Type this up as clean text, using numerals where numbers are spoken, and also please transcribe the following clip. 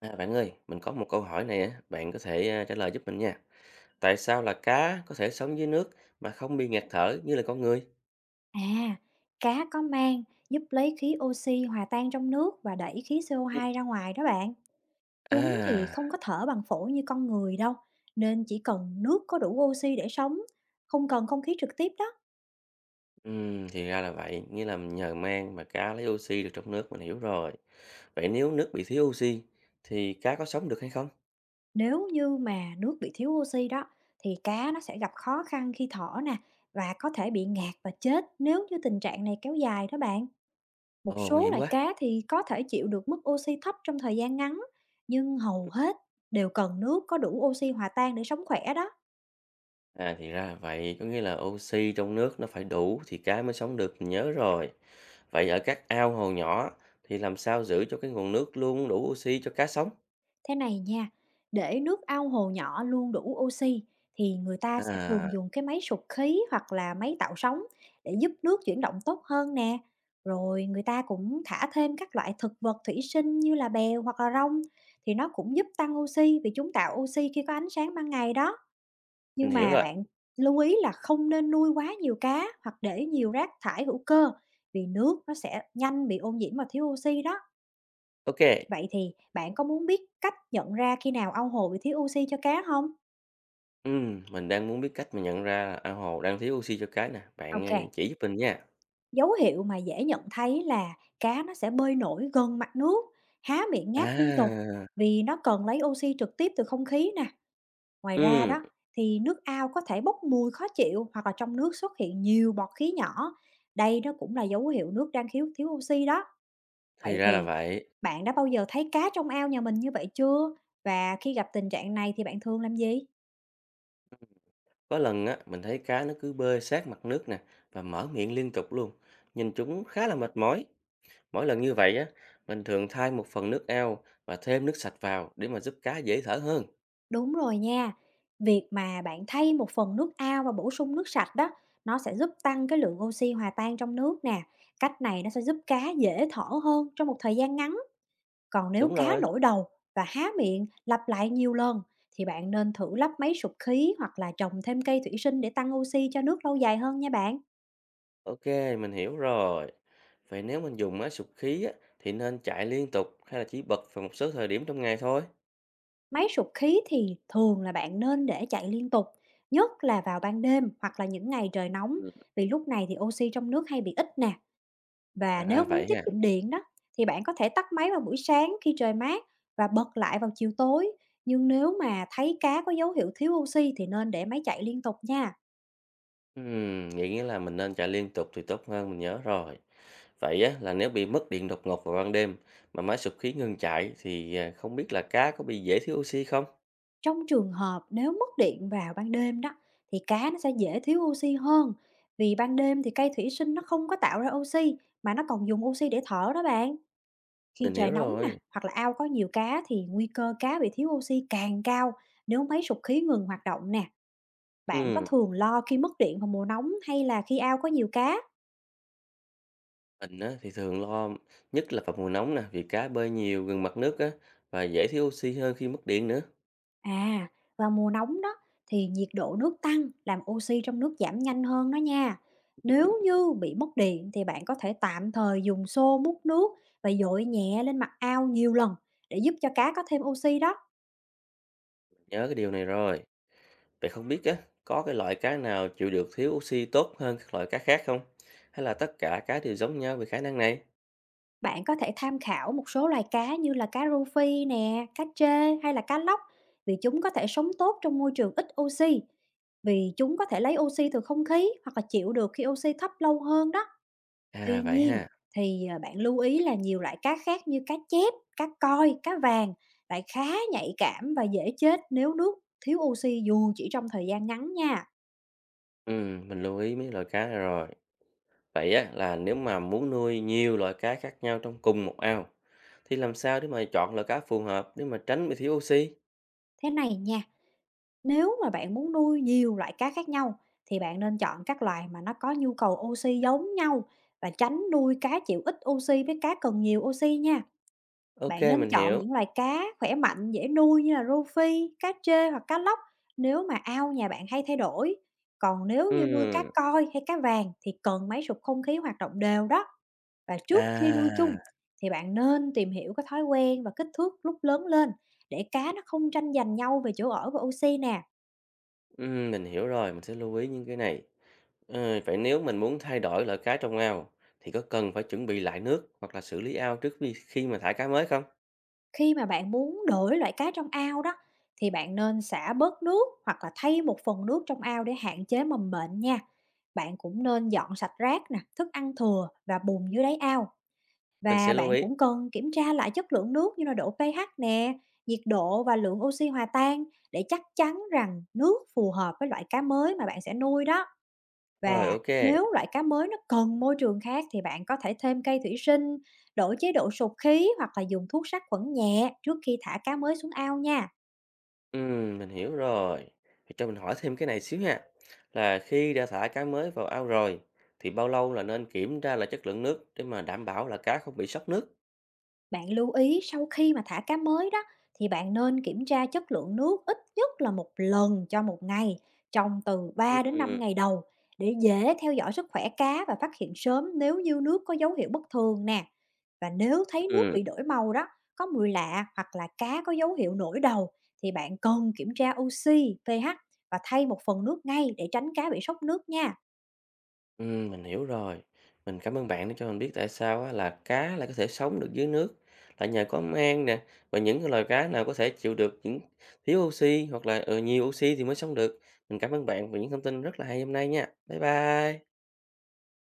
À, bạn ơi, mình có một câu hỏi này á, bạn có thể trả lời giúp mình nha. Tại sao là cá có thể sống dưới nước mà không bị ngạt thở như là con người? À, cá có mang giúp lấy khí oxy hòa tan trong nước và đẩy khí Ừ. CO2 ra ngoài đó bạn. Chúng thì À, không có thở bằng phổi như con người đâu, nên chỉ cần nước có đủ oxy để sống, không cần không khí trực tiếp đó. Thì ra là vậy, nghĩa là nhờ mang mà cá lấy oxy được trong nước, mình hiểu rồi. Vậy nếu nước bị thiếu oxy thì cá có sống được hay không? Nếu như mà nước bị thiếu oxy đó, thì cá nó sẽ gặp khó khăn khi thở nè và có thể bị ngạt và chết nếu như tình trạng này kéo dài đó bạn. Một Ồ, nguy số hiểm loại quá. cá thì có thể chịu được mức oxy thấp trong thời gian ngắn, nhưng hầu hết đều cần nước có đủ oxy hòa tan để sống khỏe đó. À, thì ra là vậy, có nghĩa là oxy trong nước nó phải đủ thì cá mới sống được, mình nhớ rồi. Vậy ở các ao hồ nhỏ thì làm sao giữ cho cái nguồn nước luôn đủ oxy cho cá sống? Thế này nha, để nước ao hồ nhỏ luôn đủ oxy thì người ta sẽ À, thường dùng cái máy sục khí hoặc là máy tạo sóng để giúp nước chuyển động tốt hơn nè. Rồi người ta cũng thả thêm các loại thực vật thủy sinh như là bèo hoặc là rong thì nó cũng giúp tăng oxy vì chúng tạo oxy khi có ánh sáng ban ngày đó. mình Nhưng hiểu mà rồi. bạn lưu ý là không nên nuôi quá nhiều cá hoặc để nhiều rác thải hữu cơ vì nước nó sẽ nhanh bị ô nhiễm và thiếu oxy đó. OK, Vậy thì bạn có muốn biết cách nhận ra khi nào ao hồ bị thiếu oxy cho cá không? Mình đang muốn biết cách mà nhận ra là ao hồ đang thiếu oxy cho cá nè, bạn, Ok, chỉ giúp mình nha. dấu hiệu mà dễ nhận thấy là cá nó sẽ bơi nổi gần mặt nước, há miệng ngáp liên tục À, vì nó cần lấy oxy trực tiếp từ không khí nè. Ngoài ra ừm, đó thì nước ao có thể bốc mùi khó chịu hoặc là trong nước xuất hiện nhiều bọt khí nhỏ. Đây nó cũng là dấu hiệu nước đang thiếu thiếu oxy đó. thì Vậy ra là thì vậy. bạn đã bao giờ thấy cá trong ao nhà mình như vậy chưa? Và khi gặp tình trạng này thì bạn thường làm gì? Có lần á, mình thấy cá nó cứ bơi sát mặt nước nè và mở miệng liên tục luôn, nhìn chúng khá là mệt mỏi. Mỗi lần như vậy á, mình thường thay một phần nước ao và thêm nước sạch vào để mà giúp cá dễ thở hơn. Đúng rồi nha. Việc mà bạn thay một phần nước ao và bổ sung nước sạch đó, nó sẽ giúp tăng cái lượng oxy hòa tan trong nước nè. Cách này nó sẽ giúp cá dễ thở hơn trong một thời gian ngắn. Còn nếu Đúng cá rồi, nổi đầu và há miệng lặp lại nhiều lần thì bạn nên thử lắp máy sụp khí hoặc là trồng thêm cây thủy sinh để tăng oxy cho nước lâu dài hơn nha bạn. OK, mình hiểu rồi. Vậy nếu mình dùng á, sục khí á, thì nên chạy liên tục hay là chỉ bật vào một số thời điểm trong ngày thôi? Máy sụp khí thì thường là bạn nên để chạy liên tục, nhất là vào ban đêm hoặc là những ngày trời nóng Ừm, vì lúc này thì oxy trong nước hay bị ít nè. Và ra nếu muốn vậy tiết ha. kiệm điện đó thì bạn có thể tắt máy vào buổi sáng khi trời mát và bật lại vào chiều tối. Nhưng nếu mà thấy cá có dấu hiệu thiếu oxy thì nên để máy chạy liên tục nha. Vậy nghĩa là mình nên chạy liên tục thì tốt hơn, mình nhớ rồi. Vậy á, là nếu bị mất điện đột ngột vào ban đêm mà máy sụp khí ngừng chạy thì không biết là cá có bị dễ thiếu oxy không? Trong trường hợp nếu mất điện vào ban đêm đó thì cá nó sẽ dễ thiếu oxy hơn. Vì ban đêm thì cây thủy sinh nó không có tạo ra oxy mà nó còn dùng oxy để thở đó bạn. Khi Mình trời hiểu nóng nè, rồi. hoặc là ao có nhiều cá thì nguy cơ cá bị thiếu oxy càng cao nếu máy sục khí ngừng hoạt động nè. Bạn có Ừm, thường lo khi mất điện vào mùa nóng hay là khi ao có nhiều cá? mình á, thì thường lo nhất là vào mùa nóng nè, vì cá bơi nhiều gần mặt nước á và dễ thiếu oxy hơn khi mất điện nữa. À, vào mùa nóng đó thì nhiệt độ nước tăng làm oxy trong nước giảm nhanh hơn đó nha. Nếu như bị mất điện thì bạn có thể tạm thời dùng xô múc nước và dội nhẹ lên mặt ao nhiều lần để giúp cho cá có thêm oxy đó. Nhớ cái điều này rồi. Vậy không biết á, có cái loại cá nào chịu được thiếu oxy tốt hơn các loại cá khác không? Hay là tất cả cá đều giống nhau về khả năng này? Bạn có thể tham khảo một số loài cá như là cá rô phi nè, cá trê hay là cá lóc vì chúng có thể sống tốt trong môi trường ít oxy. Vì chúng có thể lấy oxy từ không khí hoặc là chịu được khi oxy thấp lâu hơn đó. À Tuy vậy nhiên ha. thì, bạn lưu ý là nhiều loại cá khác như cá chép, cá koi, cá vàng lại khá nhạy cảm và dễ chết nếu nước thiếu oxy dù chỉ trong thời gian ngắn nha. Ừ, mình lưu ý mấy loại cá này rồi. Vậy á, là nếu mà muốn nuôi nhiều loại cá khác nhau trong cùng một ao, thì làm sao để mà chọn loại cá phù hợp để mà tránh bị thiếu oxy? Thế này nha, nếu mà bạn muốn nuôi nhiều loại cá khác nhau thì bạn nên chọn các loài mà nó có nhu cầu oxy giống nhau và tránh nuôi cá chịu ít oxy với cá cần nhiều oxy nha. Ok, Bạn nên mình chọn hiểu. những loài cá khỏe mạnh, dễ nuôi như là rô phi, cá trê hoặc cá lóc nếu mà ao nhà bạn hay thay đổi. Còn nếu như nuôi cá Ừm, koi hay cá vàng thì cần máy sụp không khí hoạt động đều đó. Và trước khi nuôi à, chung thì bạn nên tìm hiểu cái thói quen và kích thước lúc lớn lên để cá nó không tranh giành nhau về chỗ ở và oxy nè. Mình hiểu rồi, mình sẽ lưu ý những cái này. Ờ, vậy nếu mình muốn thay đổi loại cá trong ao, thì có cần phải chuẩn bị lại nước hoặc là xử lý ao trước khi khi mà thả cá mới không? Khi mà bạn muốn đổi loại cá trong ao đó thì bạn nên xả bớt nước hoặc là thay một phần nước trong ao để hạn chế mầm bệnh nha. Bạn cũng nên dọn sạch rác nè, thức ăn thừa và bùn dưới đáy ao. Mình Và sẽ lưu bạn ý. cũng cần kiểm tra lại chất lượng nước như là độ pH nè, nhiệt độ và lượng oxy hòa tan để chắc chắn rằng nước phù hợp với loại cá mới mà bạn sẽ nuôi đó. Rồi, Và ok. nếu loại cá mới nó cần môi trường khác thì bạn có thể thêm cây thủy sinh, đổi chế độ sụp khí hoặc là dùng thuốc sát khuẩn nhẹ trước khi thả cá mới xuống ao nha. Mình hiểu rồi. Thì cho mình hỏi thêm cái này xíu ha. Là khi đã thả cá mới vào ao rồi thì bao lâu là nên kiểm tra lại chất lượng nước để mà đảm bảo là cá không bị sốc nước? Bạn lưu ý sau khi mà thả cá mới đó thì bạn nên kiểm tra chất lượng nước ít nhất là một lần cho một ngày trong từ ba đến Ừm, năm ngày đầu để dễ theo dõi sức khỏe cá và phát hiện sớm nếu như nước có dấu hiệu bất thường nè. Và nếu thấy nước ừm, bị đổi màu đó, có mùi lạ hoặc là cá có dấu hiệu nổi đầu thì bạn cần kiểm tra oxy, pH và thay một phần nước ngay để tránh cá bị sốc nước nha. Mình hiểu rồi. Mình cảm ơn bạn đã cho mình biết tại sao á, là cá lại có thể sống được dưới nước là nhờ có mang nè và những cái loài cá nào có thể chịu được những thiếu oxy hoặc là nhiều oxy thì mới sống được. Mình cảm ơn bạn vì những thông tin rất là hay hôm nay nha. Bye bye.